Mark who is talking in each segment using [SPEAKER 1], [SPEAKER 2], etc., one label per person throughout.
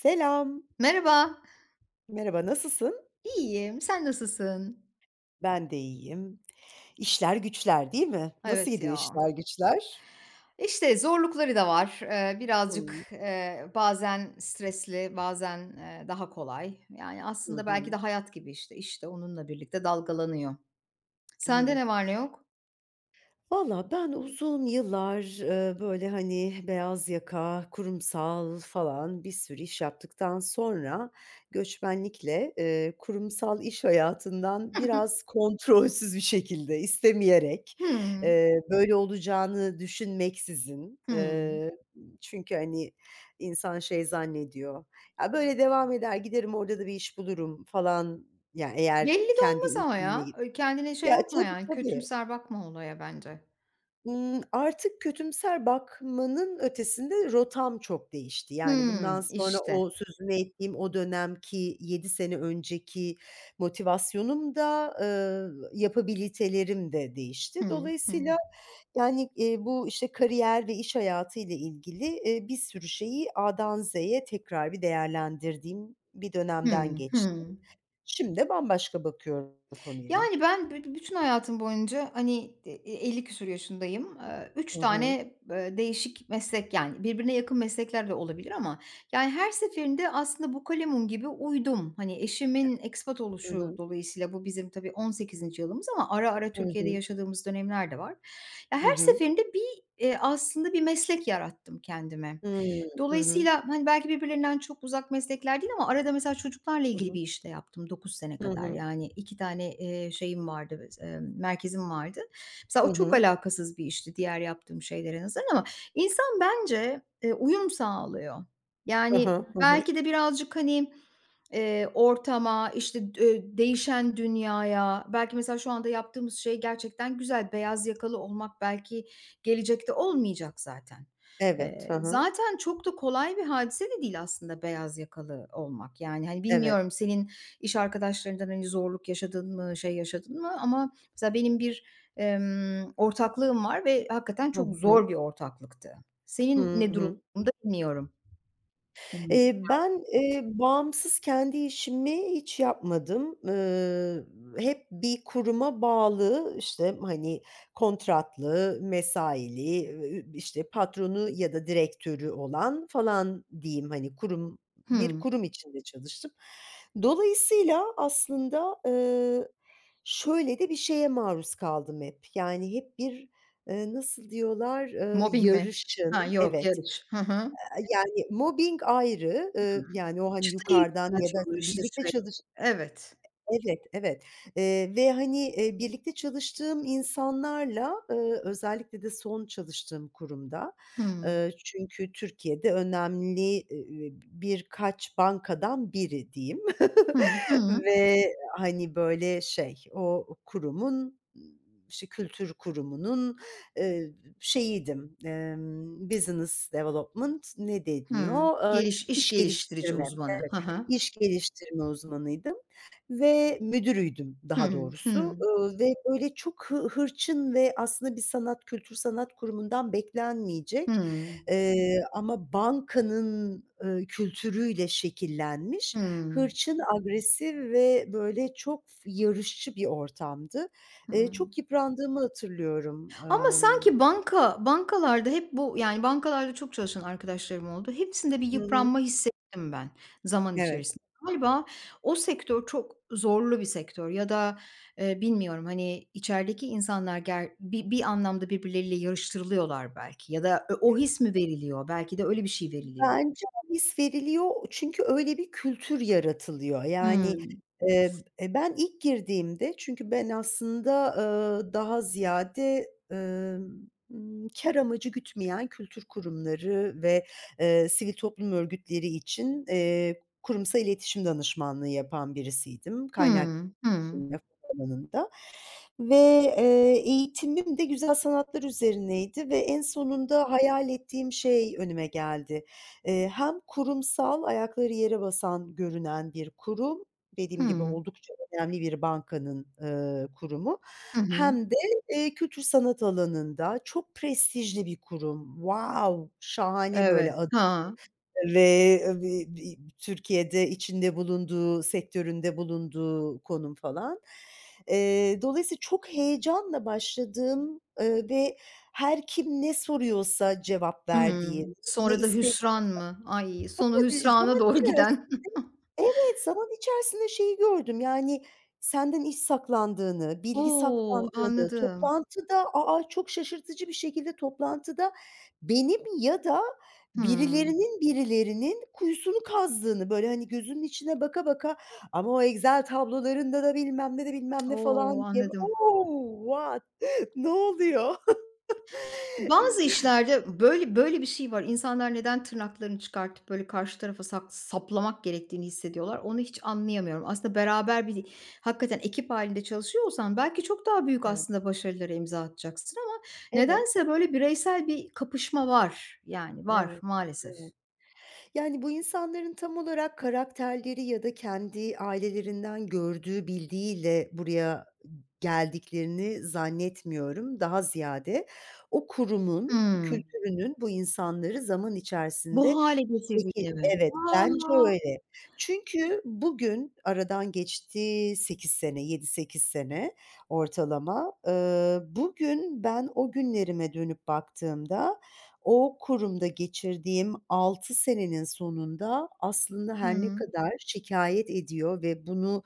[SPEAKER 1] Selam.
[SPEAKER 2] Merhaba.
[SPEAKER 1] Merhaba, nasılsın?
[SPEAKER 2] İyiyim. Sen nasılsın?
[SPEAKER 1] Ben de iyiyim. İşler güçler, değil mi? Nasıl
[SPEAKER 2] Evet
[SPEAKER 1] gidiyor
[SPEAKER 2] ya.
[SPEAKER 1] işler güçler?
[SPEAKER 2] İşte zorlukları da var. Birazcık,
[SPEAKER 1] Hımm.
[SPEAKER 2] bazen stresli, bazen, daha kolay. Yani
[SPEAKER 1] Hı
[SPEAKER 2] aslında belki de
[SPEAKER 1] hı.
[SPEAKER 2] hayat gibi işte. İşte onunla birlikte dalgalanıyor. Sende
[SPEAKER 1] Evet.
[SPEAKER 2] ne var ne yok?
[SPEAKER 1] Valla ben uzun yıllar, böyle, hani, beyaz yaka, kurumsal falan bir sürü iş yaptıktan sonra göçmenlikle, kurumsal iş hayatından biraz kontrolsüz bir şekilde, istemeyerek,
[SPEAKER 2] Hımm.
[SPEAKER 1] böyle olacağını düşünmeksizin,
[SPEAKER 2] Hımm.
[SPEAKER 1] çünkü, hani, insan şey zannediyor, "Ya, böyle devam eder, giderim orada da bir iş bulurum." falan, ya, eğer
[SPEAKER 2] Belli de
[SPEAKER 1] kendi
[SPEAKER 2] olmaz ama
[SPEAKER 1] işinle...
[SPEAKER 2] ya. Öyle kendine şey
[SPEAKER 1] Ya,
[SPEAKER 2] yapma
[SPEAKER 1] tabii,
[SPEAKER 2] yani,
[SPEAKER 1] tabii.
[SPEAKER 2] kötümser bakma olaya bence.
[SPEAKER 1] Artık kötümser bakmanın ötesinde rotam çok değişti. Yani, bundan
[SPEAKER 2] Hımm,
[SPEAKER 1] sonra
[SPEAKER 2] işte.
[SPEAKER 1] o sözünü ettiğim o dönemki 7 sene önceki motivasyonum da, yapabilitelerim de değişti.
[SPEAKER 2] Hı hı.
[SPEAKER 1] Dolayısıyla, yani, bu, işte, kariyer ve iş hayatıyla ilgili, bir sürü şeyi A'dan Z'ye tekrar bir değerlendirdiğim bir dönemden
[SPEAKER 2] Hı
[SPEAKER 1] geçtim.
[SPEAKER 2] hı.
[SPEAKER 1] Şimdi de bambaşka bakıyorum konuya.
[SPEAKER 2] Yani, ben bütün hayatım boyunca, hani, küsur yaşındayım. 3
[SPEAKER 1] Hı hı.
[SPEAKER 2] tane, değişik meslek, yani, birbirine yakın meslekler de olabilir ama, yani, her seferinde aslında bu kalemun gibi uydum. Hani, eşimin ekspat
[SPEAKER 1] Hı
[SPEAKER 2] oluşu
[SPEAKER 1] hı.
[SPEAKER 2] dolayısıyla bu bizim tabii 18'inci yılımız ama ara ara
[SPEAKER 1] Hı
[SPEAKER 2] Türkiye'de
[SPEAKER 1] hı.
[SPEAKER 2] yaşadığımız dönemler de var. Ya,
[SPEAKER 1] Hı
[SPEAKER 2] her
[SPEAKER 1] hı.
[SPEAKER 2] seferinde bir, aslında bir meslek yarattım kendime.
[SPEAKER 1] Hıı. Hı hı.
[SPEAKER 2] Dolayısıyla, hani, belki birbirlerinden çok uzak meslekler değil ama arada mesela çocuklarla
[SPEAKER 1] Hı
[SPEAKER 2] ilgili
[SPEAKER 1] hı.
[SPEAKER 2] bir iş de yaptım 9 sene
[SPEAKER 1] Hı
[SPEAKER 2] kadar.
[SPEAKER 1] hı.
[SPEAKER 2] Yani 2 tane, şeyim vardı, merkezim vardı. Mesela
[SPEAKER 1] Hı
[SPEAKER 2] o çok
[SPEAKER 1] hı.
[SPEAKER 2] alakasız bir işti diğer yaptığım şeylere nazaran ama insan bence, uyum sağlıyor.
[SPEAKER 1] Hı hı.
[SPEAKER 2] Yani
[SPEAKER 1] Hı hı.
[SPEAKER 2] belki de birazcık, hani, ortama, işte, değişen dünyaya, belki mesela şu anda yaptığımız şey gerçekten güzel. Beyaz yakalı olmak belki gelecekte olmayacak zaten.
[SPEAKER 1] Evet. Hı
[SPEAKER 2] Eee,
[SPEAKER 1] hı.
[SPEAKER 2] zaten çok da kolay bir hadise de değil aslında beyaz yakalı olmak. Yani, hani,
[SPEAKER 1] Evet.
[SPEAKER 2] bilmiyorum senin iş arkadaşlarından, hani, zorluk yaşadın mı, şey yaşadın mı ama mesela benim bir, ortaklığım var ve hakikaten
[SPEAKER 1] Hı
[SPEAKER 2] çok
[SPEAKER 1] hı.
[SPEAKER 2] zor bir ortaklıktı.
[SPEAKER 1] Hı
[SPEAKER 2] Senin ne
[SPEAKER 1] hı.
[SPEAKER 2] durumda bilmiyorum. Hımm.
[SPEAKER 1] Ben, bağımsız kendi işimi hiç yapmadım. Hep bir kuruma bağlı, işte, hani, kontratlı, mesaili, işte, patronu ya da direktörü olan falan diyeyim, hani, bir
[SPEAKER 2] Hımm.
[SPEAKER 1] kurum içinde çalıştım. Dolayısıyla aslında, şöyle de bir şeye maruz kaldım hep. Yani, hep bir, nasıl diyorlar,
[SPEAKER 2] Mobbing mi? Ha,
[SPEAKER 1] yarışın...
[SPEAKER 2] yok,
[SPEAKER 1] Evet.
[SPEAKER 2] yarış. Hı hı. Hımm.
[SPEAKER 1] Yani mobbing ayrı, yani o hani
[SPEAKER 2] Çıtayı
[SPEAKER 1] yukarıdan ya da
[SPEAKER 2] yükseltiyorlar işte
[SPEAKER 1] birlikte çalış...
[SPEAKER 2] sürekli. Evet.
[SPEAKER 1] Evet, evet, ve, hani, birlikte çalıştığım insanlarla, özellikle de son çalıştığım kurumda,
[SPEAKER 2] Hımm.
[SPEAKER 1] çünkü Türkiye'de önemli, birkaç bankadan biri diyeyim
[SPEAKER 2] Hı hı.
[SPEAKER 1] ve, hani, böyle, şey, o kurumun, işte, kültür kurumunun, eee, şeyiydim, business development ne
[SPEAKER 2] Hı.
[SPEAKER 1] deniliyor?
[SPEAKER 2] Geliş iş
[SPEAKER 1] İş
[SPEAKER 2] geliştirici
[SPEAKER 1] geliştirme.
[SPEAKER 2] uzmanı. Hı hı.
[SPEAKER 1] İş geliştirme uzmanıydım ve müdürüydüm daha
[SPEAKER 2] Hı
[SPEAKER 1] doğrusu,
[SPEAKER 2] hı.
[SPEAKER 1] ve böyle çok hırçın ve aslında bir sanat, kültür sanat kurumundan beklenmeyecek,
[SPEAKER 2] Hımm.
[SPEAKER 1] ama bankanın, kültürüyle şekillenmiş
[SPEAKER 2] Hımm.
[SPEAKER 1] hırçın, agresif ve böyle çok yarışçı bir ortamdı.
[SPEAKER 2] Hımm.
[SPEAKER 1] Çok yıprandığımı hatırlıyorum.
[SPEAKER 2] Ama sanki bankalarda hep bu yani bankalarda çok çalışan arkadaşlarım oldu. Hepsinde bir
[SPEAKER 1] Hı hı.
[SPEAKER 2] yıpranma hissettim ben zaman
[SPEAKER 1] Evet.
[SPEAKER 2] içerisinde. Galiba o sektör çok zorlu bir sektör ya da, bilmiyorum, hani, içerideki insanlar bir anlamda birbirleriyle yarıştırılıyorlar belki ya da o his mi veriliyor? Belki de öyle bir şey veriliyor.
[SPEAKER 1] Bence o his veriliyor çünkü öyle bir kültür yaratılıyor. Yani,
[SPEAKER 2] Hımm.
[SPEAKER 1] ben ilk girdiğimde çünkü ben aslında, daha ziyade, kâr amacı gütmeyen kültür kurumları ve, sivil toplum örgütleri için, kurumsal iletişim danışmanlığı yapan birisiydim kaynak
[SPEAKER 2] Hımm. Hımm.
[SPEAKER 1] iletişim ve alanında ve, eğitimim de güzel sanatlar üzerineydi ve en sonunda hayal ettiğim şey önüme geldi. Hem kurumsal, ayakları yere basan görünen bir kurum, dediğim gibi
[SPEAKER 2] Hımm.
[SPEAKER 1] oldukça önemli bir bankanın, kurumu
[SPEAKER 2] Hı hı.
[SPEAKER 1] hem de, kültür sanat alanında çok prestijli bir kurum. Wow! Şahane böyle
[SPEAKER 2] Evet.
[SPEAKER 1] adı
[SPEAKER 2] Ha.
[SPEAKER 1] ve bi Türkiye'de içinde bulunduğu, sektöründe bulunduğu konum falan. Dolayısıyla çok heyecanla başladığım, ve her kim ne soruyorsa cevap verdiğim,
[SPEAKER 2] Hımm.
[SPEAKER 1] ne
[SPEAKER 2] Sonra da hüsran mı? Ay, sonu
[SPEAKER 1] fakat,
[SPEAKER 2] hüsrana
[SPEAKER 1] zaman
[SPEAKER 2] doğru
[SPEAKER 1] içeris...
[SPEAKER 2] giden.
[SPEAKER 1] Evet, zaman içerisinde şeyi gördüm, yani, senden iş saklandığını, bilgi
[SPEAKER 2] O!
[SPEAKER 1] saklandığını,
[SPEAKER 2] Anladım.
[SPEAKER 1] toplantıda, çok şaşırtıcı bir şekilde toplantıda benim ya da
[SPEAKER 2] Hımm.
[SPEAKER 1] birilerinin kuyusunu kazdığını, böyle, hani, gözünün içine baka baka ama o Excel tablolarında da bilmem ne de bilmem ne
[SPEAKER 2] O!
[SPEAKER 1] falan diye.
[SPEAKER 2] Anladım.
[SPEAKER 1] O! What? Ne oluyor?
[SPEAKER 2] Bazı işlerde böyle böyle bir şey var. İnsanlar neden tırnaklarını çıkartıp böyle karşı tarafa saplamak gerektiğini hissediyorlar, onu hiç anlayamıyorum. Aslında beraber hakikaten ekip hâlinde çalışıyor olsan belki çok daha büyük
[SPEAKER 1] Evet,
[SPEAKER 2] aslında başarılara imza atacaksın ama
[SPEAKER 1] evet,
[SPEAKER 2] nedense böyle bireysel bir kapışma var. Yani var
[SPEAKER 1] evet,
[SPEAKER 2] maalesef.
[SPEAKER 1] evet. Yani bu insanların tam olarak karakterleri ya da kendi ailelerinden gördüğü, bildiğiyle buraya geldiklerini zannetmiyorum. Daha ziyade o kurumun,
[SPEAKER 2] Hımm.
[SPEAKER 1] kültürünün bu insanları zaman
[SPEAKER 2] Bu
[SPEAKER 1] içerisinde...
[SPEAKER 2] hâle
[SPEAKER 1] Peki,
[SPEAKER 2] getirdiğini mi?
[SPEAKER 1] evet,
[SPEAKER 2] A!
[SPEAKER 1] bence öyle. Çünkü bugün aradan geçti 8 sene, 7-8 sene ortalama. Bugün ben o günlerime dönüp baktığımda o kurumda geçirdiğim 6 senenin sonunda aslında her ne
[SPEAKER 2] Hıı.
[SPEAKER 1] kadar şikayet ediyor ve bunu,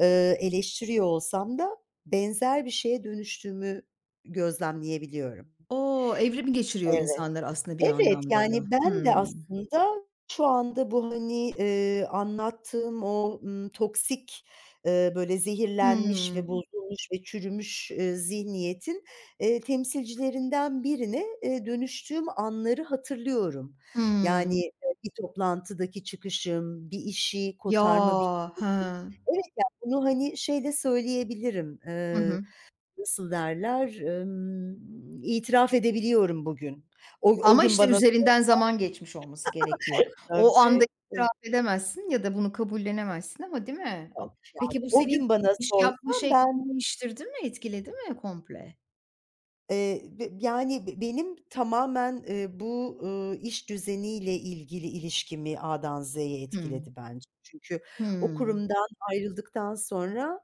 [SPEAKER 1] eleştiriyor olsam da benzer bir şeye dönüştüğümü gözlemleyebiliyorum.
[SPEAKER 2] O! Evrimi geçiriyor insanlar aslında bir
[SPEAKER 1] Evet,
[SPEAKER 2] anlamda da.
[SPEAKER 1] yani ben de
[SPEAKER 2] Hıı.
[SPEAKER 1] aslında şu anda bu, hani, anlattığım o, toksik, böyle zehirlenmiş ve
[SPEAKER 2] Hıı.
[SPEAKER 1] bozulmuş ve çürümüş, zihniyetin, temsilcilerinden birine, dönüştüğüm anları hatırlıyorum. Yani,
[SPEAKER 2] Hıı.
[SPEAKER 1] bir toplantıdaki çıkışım, bir işi kotarma, bir...
[SPEAKER 2] Ya! He.
[SPEAKER 1] Evet, ya, bunu, hani, şeyle söyleyebilirim,
[SPEAKER 2] Hı hı.
[SPEAKER 1] nasıl derler, itiraf edebiliyorum bugün. O
[SPEAKER 2] Ama
[SPEAKER 1] gün
[SPEAKER 2] işte
[SPEAKER 1] bana...
[SPEAKER 2] üzerinden zaman geçmiş olması gerekiyor. O
[SPEAKER 1] Tabii,
[SPEAKER 2] anda itiraf
[SPEAKER 1] tabii,
[SPEAKER 2] edemezsin ya da bunu kabullenemezsin ama değil mi? A
[SPEAKER 1] tabii.
[SPEAKER 2] peki bu
[SPEAKER 1] O
[SPEAKER 2] senin
[SPEAKER 1] gün bana
[SPEAKER 2] iş yapma
[SPEAKER 1] sorsan
[SPEAKER 2] şeklini
[SPEAKER 1] ben,
[SPEAKER 2] değiştirdi mi, etkiledi mi komple?
[SPEAKER 1] b yani benim tamamen, bu, iş düzeniyle ilgili ilişkimi A'dan Z'ye
[SPEAKER 2] Hıı.
[SPEAKER 1] etkiledi bence. Çünkü o
[SPEAKER 2] Hıı.
[SPEAKER 1] kurumdan ayrıldıktan sonra,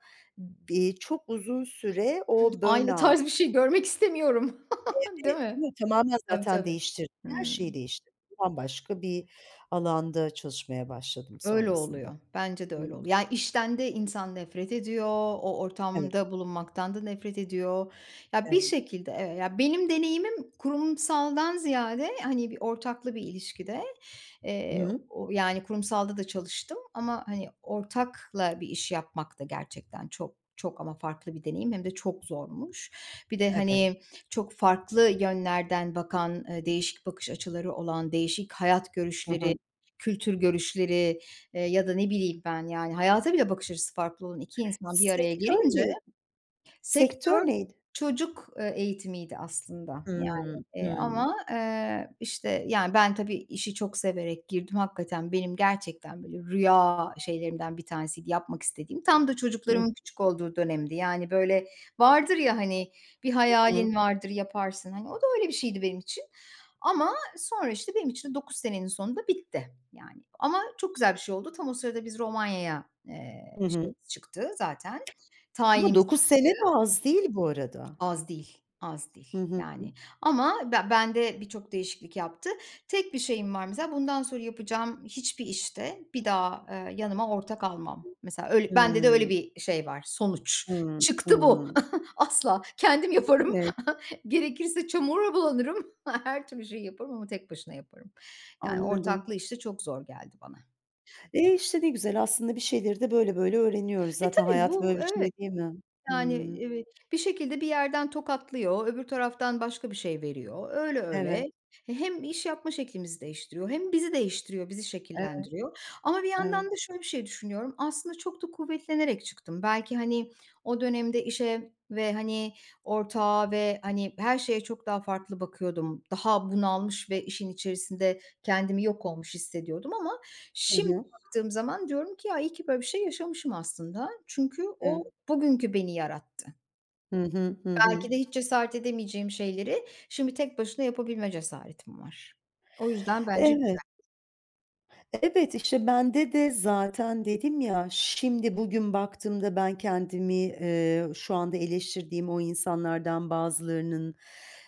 [SPEAKER 1] çok uzun süre o
[SPEAKER 2] Aynı
[SPEAKER 1] burnout...
[SPEAKER 2] tarz bir şey görmek istemiyorum. Değil
[SPEAKER 1] Evet,
[SPEAKER 2] mi?
[SPEAKER 1] yok tamamen
[SPEAKER 2] Tabii,
[SPEAKER 1] zaten
[SPEAKER 2] tabii.
[SPEAKER 1] değiştirdi. Her
[SPEAKER 2] Hıı.
[SPEAKER 1] şeyi değiştirdi. Bambaşka bir alanda çalışmaya başladım
[SPEAKER 2] Öyle
[SPEAKER 1] sonrasında.
[SPEAKER 2] oluyor. Bence de
[SPEAKER 1] Hıı.
[SPEAKER 2] öyle oluyor. Yani işten de insan nefret ediyor, o
[SPEAKER 1] Evet,
[SPEAKER 2] ortamda bulunmaktan da nefret ediyor. Ya, bir
[SPEAKER 1] evet.
[SPEAKER 2] şekilde evet, ya, benim deneyimim kurumsaldan ziyade, hani, bir ortaklı bir ilişkide,
[SPEAKER 1] Hı hı.
[SPEAKER 2] o yani kurumsalda da çalıştım ama, hani, ortakla bir iş yapmak da gerçekten çok, çok ama farklı bir deneyim hem de çok zormuş. Bir de,
[SPEAKER 1] Evet.
[SPEAKER 2] hani, çok farklı yönlerden bakan, değişik bakış açıları olan, değişik hayat
[SPEAKER 1] Hı
[SPEAKER 2] görüşleri,
[SPEAKER 1] hı.
[SPEAKER 2] kültür görüşleri ya da ne bileyim ben, yani, hayata bile bakış açısı farklı olan 2 insan bir araya
[SPEAKER 1] Sektör
[SPEAKER 2] gelince.
[SPEAKER 1] ne
[SPEAKER 2] Sektör
[SPEAKER 1] Sektör neydi?
[SPEAKER 2] çocuk, eğitimiydi aslında yani,
[SPEAKER 1] Hımm. Hımm.
[SPEAKER 2] ama, işte, yani, ben tabii işi çok severek girdim. Hakikaten benim gerçekten böyle rüya şeylerimden bir tanesiydi yapmak istediğim. Tam da
[SPEAKER 1] Hı
[SPEAKER 2] çocuklarımın küçük olduğu dönemdi. Yani, böyle vardır ya, hani, bir
[SPEAKER 1] hı.
[SPEAKER 2] hayalin vardır, yaparsın. Hani, o da öyle bir şeydi benim için ama sonra, işte, benim için de 9 senenin sonunda bitti yani. Ama çok güzel bir şey oldu. Tam o sırada biz Romanya'ya,
[SPEAKER 1] Hı hı.
[SPEAKER 2] şeyimiz çıktı zaten,
[SPEAKER 1] Ama
[SPEAKER 2] tayinimiz.
[SPEAKER 1] 9 sene de az değil bu arada.
[SPEAKER 2] Az değil, az
[SPEAKER 1] Hı
[SPEAKER 2] değil
[SPEAKER 1] hı.
[SPEAKER 2] yani ama bende birçok değişiklik yaptı. Tek bir şeyim var mesela bundan sonra yapacağım hiçbir işte bir daha, yanıma ortak almam. Mesela öyle bende de öyle
[SPEAKER 1] Hımm.
[SPEAKER 2] bir şey var, sonuç.
[SPEAKER 1] Hımm.
[SPEAKER 2] Çıktı bu.
[SPEAKER 1] Hımm.
[SPEAKER 2] Asla. Kendim yaparım.
[SPEAKER 1] Evet,
[SPEAKER 2] Gerekirse çamura bulanırım. Her türlü şey yaparım ama tek başına yaparım. Yani
[SPEAKER 1] anladım.
[SPEAKER 2] ortaklı işte çok zor geldi bana.
[SPEAKER 1] E, işte, ne güzel aslında bir şeyleri de böyle böyle öğreniyoruz.
[SPEAKER 2] E,
[SPEAKER 1] Zaten
[SPEAKER 2] tabii
[SPEAKER 1] hayat
[SPEAKER 2] bu.
[SPEAKER 1] böyle bir
[SPEAKER 2] Evet.
[SPEAKER 1] şey değil mi?
[SPEAKER 2] Yani,
[SPEAKER 1] Hımm.
[SPEAKER 2] evet, bir şekilde bir yerden tokatlıyor, öbür taraftan başka bir şey veriyor. Öyle
[SPEAKER 1] Evet,
[SPEAKER 2] öyle. E, hem iş yapma şeklimizi değiştiriyor hem bizi değiştiriyor, bizi
[SPEAKER 1] evet,
[SPEAKER 2] şekillendiriyor. Ama bir yandan
[SPEAKER 1] evet.
[SPEAKER 2] da şöyle bir şey düşünüyorum, aslında çok da kuvvetlenerek çıktım. Belki, hani, o dönemde işe ve, hani, ortağa ve, hani, her şeye çok daha farklı bakıyordum. Daha bunalmış ve işin içerisinde kendimi yok olmuş hissediyordum ama
[SPEAKER 1] Hı
[SPEAKER 2] şimdi
[SPEAKER 1] hı.
[SPEAKER 2] baktığım zaman diyorum ki ya iyi ki böyle bir şey yaşamışım aslında. Çünkü o
[SPEAKER 1] Evet.
[SPEAKER 2] bugünkü beni yarattı.
[SPEAKER 1] Hı hı. Hı hı.
[SPEAKER 2] Belki de hiç cesaret edemeyeceğim şeyleri şimdi tek başına yapabilme cesaretim var. O yüzden bence.
[SPEAKER 1] Evet. Evet, işte bende de zaten dedim ya, şimdi bugün baktığımda ben kendimi, şu anda eleştirdiğim o insanlardan bazılarının,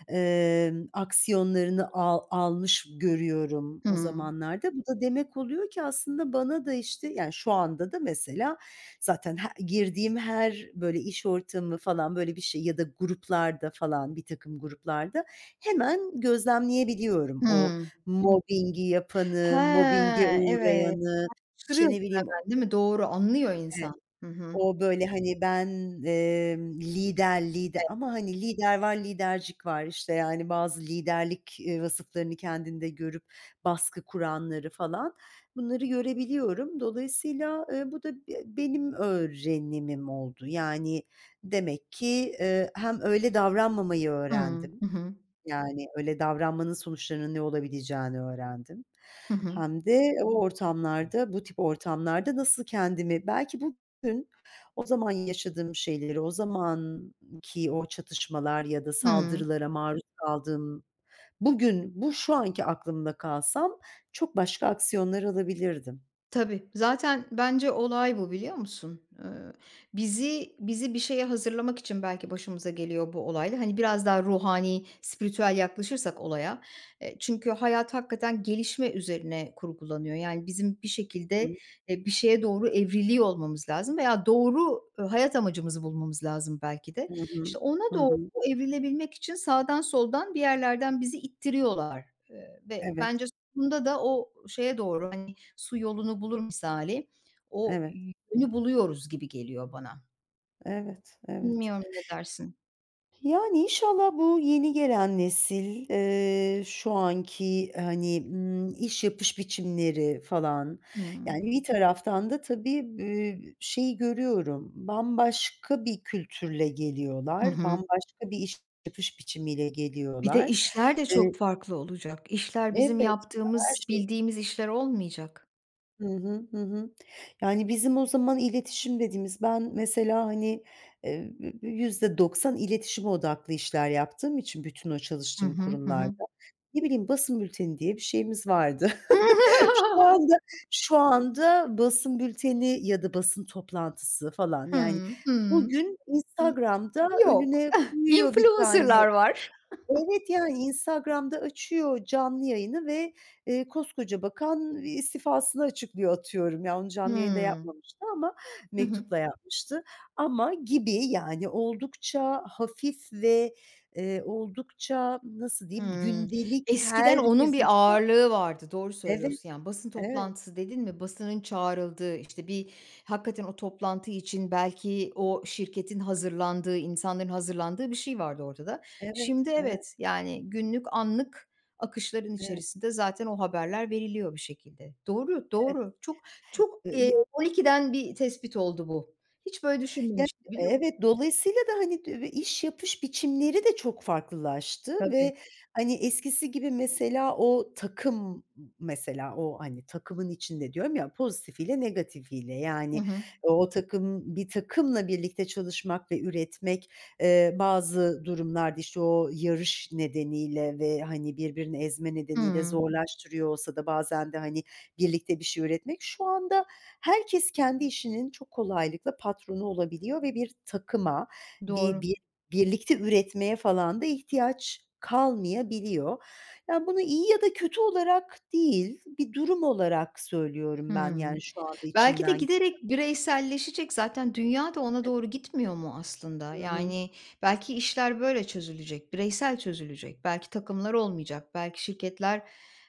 [SPEAKER 1] aksiyonlarını almış görüyorum o
[SPEAKER 2] Hımm.
[SPEAKER 1] zamanlarda. Bu da demek oluyor ki aslında bana da işte, yani, şu anda da mesela zaten girdiğim her böyle iş ortamı falan böyle bir şey ya da gruplarda falan bir takım gruplarda hemen gözlemleyebiliyorum o
[SPEAKER 2] Hımm.
[SPEAKER 1] Mobbing'i yapanı,
[SPEAKER 2] He,
[SPEAKER 1] mobbing'e
[SPEAKER 2] evet.
[SPEAKER 1] uğrayanı, işte,
[SPEAKER 2] Şaşırıyorsun
[SPEAKER 1] ne bileyim, o...
[SPEAKER 2] hemen değil mi? Doğru, anlıyor
[SPEAKER 1] Evet,
[SPEAKER 2] insan. Hı hı.
[SPEAKER 1] o böyle, hani, ben, lider,
[SPEAKER 2] Evet.
[SPEAKER 1] ama, hani, lider var, lidercik var. İşte, yani, bazı liderlik, vasıflarını kendinde görüp baskı kuranları falan, bunları görebiliyorum. Dolayısıyla, bu da benim öğrenimim oldu. Yani, demek ki, hem öyle davranmamayı
[SPEAKER 2] Hımm.
[SPEAKER 1] öğrendim.
[SPEAKER 2] Hı hı.
[SPEAKER 1] Yani, öyle davranmanın sonuçlarının ne olabileceğini öğrendim.
[SPEAKER 2] Hı hı.
[SPEAKER 1] Hem de o ortamlarda, bu tip ortamlarda nasıl kendimi belki bugün o zaman yaşadığım şeyleri, o zamanki o çatışmalar ya da
[SPEAKER 2] Hıı.
[SPEAKER 1] saldırılara maruz kaldığım bugün, bu şu anki aklımda kalsam çok başka aksiyonlar alabilirdim.
[SPEAKER 2] Tabii. Zaten bence olay bu, biliyor musun? Bizi bir şeye hazırlamak için belki başımıza geliyor bu olayla. Hani, biraz daha ruhani, spiritüel yaklaşırsak olaya, çünkü hayat hakikaten gelişme üzerine kurgulanıyor. Yani, bizim bir
[SPEAKER 1] Hı
[SPEAKER 2] şekilde,
[SPEAKER 1] hı.
[SPEAKER 2] bir şeye doğru evriliyor olmamız lazım veya doğru, hayat amacımızı bulmamız lazım belki de.
[SPEAKER 1] Hı
[SPEAKER 2] İşte,
[SPEAKER 1] hı.
[SPEAKER 2] ona doğru evrilebilmek için sağdan soldan bir yerlerden bizi ittiriyorlar, ve
[SPEAKER 1] Evet,
[SPEAKER 2] bence sonunda da o şeye doğru, hani, su yolunu bulur misali o
[SPEAKER 1] evet,
[SPEAKER 2] yönü buluyoruz gibi geliyor bana.
[SPEAKER 1] evet, evet.
[SPEAKER 2] Bilmiyorum ne dersin?
[SPEAKER 1] Yani, inşallah bu yeni gelen nesil, şu anki, hani, iş yapış biçimleri falan,
[SPEAKER 2] Hımm.
[SPEAKER 1] yani, bir taraftan da tabii, şeyi görüyorum, bambaşka bir kültürle
[SPEAKER 2] Hı
[SPEAKER 1] geliyorlar,
[SPEAKER 2] hı.
[SPEAKER 1] bambaşka bir iş yapış biçimiyle
[SPEAKER 2] Bir de
[SPEAKER 1] geliyorlar.
[SPEAKER 2] işler de
[SPEAKER 1] Eee
[SPEAKER 2] çok farklı olacak. İşler bizim
[SPEAKER 1] Evet, her
[SPEAKER 2] yaptığımız,
[SPEAKER 1] şey...
[SPEAKER 2] bildiğimiz işler olmayacak.
[SPEAKER 1] Hı hı, hı hı. Yani, bizim o zaman iletişim dediğimiz ben mesela, hani, b %90 iletişime odaklı işler yaptığım için bütün o
[SPEAKER 2] Hı
[SPEAKER 1] çalıştığım
[SPEAKER 2] hı. Hı
[SPEAKER 1] kurumlarda,
[SPEAKER 2] hı.
[SPEAKER 1] ne bileyim, basın bülteni diye bir şeyimiz vardı. Şu anda Şu anda basın bülteni ya da basın toplantısı falan, yani,
[SPEAKER 2] Hımm. Hımm.
[SPEAKER 1] bugün
[SPEAKER 2] İ
[SPEAKER 1] Instagram'da
[SPEAKER 2] yok.
[SPEAKER 1] önüne koyuyor bir tane...
[SPEAKER 2] Influencer'lar var.
[SPEAKER 1] Evet, yani Instagram'da açıyor canlı yayını ve, koskoca bakan istifasını açıklıyor atıyorum. Ya, onu canlı yayında
[SPEAKER 2] Hımm.
[SPEAKER 1] yapmamıştı ama
[SPEAKER 2] Hı hı.
[SPEAKER 1] mektupla yapmıştı ama gibi yani oldukça hafif ve, oldukça nasıl diyeyim
[SPEAKER 2] Hımm.
[SPEAKER 1] gündelik
[SPEAKER 2] Eskiden onun
[SPEAKER 1] herkesin...
[SPEAKER 2] bir ağırlığı vardı. Doğru
[SPEAKER 1] Evet,
[SPEAKER 2] söylüyorsun. Yani, basın
[SPEAKER 1] evet,
[SPEAKER 2] toplantısı dedin mi, basının çağrıldığı, işte, hakikaten o toplantı için belki o şirketin hazırlandığı, insanların hazırlandığı bir şey vardı ortada.
[SPEAKER 1] evet,
[SPEAKER 2] Şimdi
[SPEAKER 1] evet,
[SPEAKER 2] evet, yani, günlük, anlık akışların
[SPEAKER 1] evet.
[SPEAKER 2] içerisinde zaten o haberler veriliyor bir şekilde. Doğru, doğru. Çok çok,
[SPEAKER 1] Y
[SPEAKER 2] 12'den bir tespit oldu bu. Hiç böyle
[SPEAKER 1] Ya,
[SPEAKER 2] düşünmemiştim biliyor musun?
[SPEAKER 1] evet, dolayısıyla da, hani, iş yapış biçimleri de çok farklılaştı
[SPEAKER 2] Tabii.
[SPEAKER 1] ve, hani, eskisi gibi mesela o takım mesela o, hani, takımın içinde diyorum ya pozitifiyle negatifiyle,
[SPEAKER 2] Hı
[SPEAKER 1] yani,
[SPEAKER 2] hı.
[SPEAKER 1] o takım bir takımla birlikte çalışmak ve üretmek, bazı durumlarda, işte, o yarış nedeniyle ve, hani, birbirini ezme nedeniyle
[SPEAKER 2] Hımm.
[SPEAKER 1] zorlaştırıyor olsa da bazen de, hani, birlikte bir şey üretmek. Şu anda herkes kendi işinin çok kolaylıkla patronu olabiliyor ve bir takıma,
[SPEAKER 2] Doğru.
[SPEAKER 1] bir birlikte üretmeye falan da ihtiyaç kalmayabiliyor. Yani, bunu iyi ya da kötü olarak değil, bir durum olarak söylüyorum ben,
[SPEAKER 2] Hıı.
[SPEAKER 1] yani, şu anda
[SPEAKER 2] Belki de
[SPEAKER 1] içimden.
[SPEAKER 2] giderek bireyselleşecek. Zaten dünya da ona doğru gitmiyor mu aslında?
[SPEAKER 1] Hı hı.
[SPEAKER 2] Yani belki işler böyle çözülecek, bireysel çözülecek. Belki takımlar olmayacak, belki şirketler,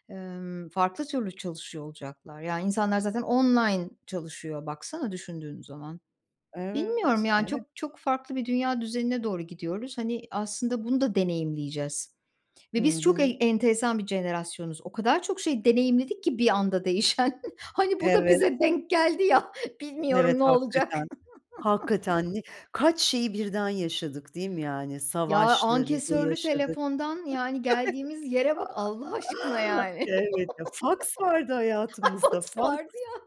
[SPEAKER 2] farklı türlü çalışıyor olacaklar. Yani insanlar zaten online çalışıyor baksana düşündüğün zaman. Bilmiyorum
[SPEAKER 1] Evet,
[SPEAKER 2] yani
[SPEAKER 1] evet.
[SPEAKER 2] çok çok farklı bir dünya düzenine doğru gidiyoruz. Hani aslında bunu da deneyimleyeceğiz.
[SPEAKER 1] Hı
[SPEAKER 2] Ve biz çok
[SPEAKER 1] hı.
[SPEAKER 2] en enteresan bir jenerasyonuz. O kadar çok şey deneyimledik ki bir anda değişen. Hani bu da
[SPEAKER 1] Evet,
[SPEAKER 2] bize denk geldi ya,
[SPEAKER 1] evet,
[SPEAKER 2] bilmiyorum ne olacak.
[SPEAKER 1] hakikaten. Hakikaten kaç şeyi birden yaşadık değil mi, yani?
[SPEAKER 2] Ya,
[SPEAKER 1] Savaşları da
[SPEAKER 2] ankesörlü
[SPEAKER 1] yaşadık.
[SPEAKER 2] telefondan, yani, geldiğimiz yere bak Allah aşkına yani.
[SPEAKER 1] Evet, ya, faks vardı hayatımızda.
[SPEAKER 2] Fax
[SPEAKER 1] Faks,
[SPEAKER 2] vardı ya.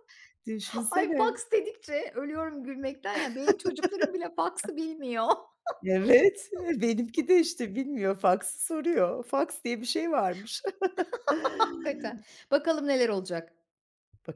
[SPEAKER 2] Ay,
[SPEAKER 1] düşünsene.
[SPEAKER 2] fax dedikçe ölüyorum gülmekten ya. Benim çocuklarım bile faxı bilmiyor.
[SPEAKER 1] Evet, benimki de işte bilmiyor faksı soruyor. Faks diye bir şey varmış.
[SPEAKER 2] Hakikaten. Bakalım neler olacak.
[SPEAKER 1] Bakalım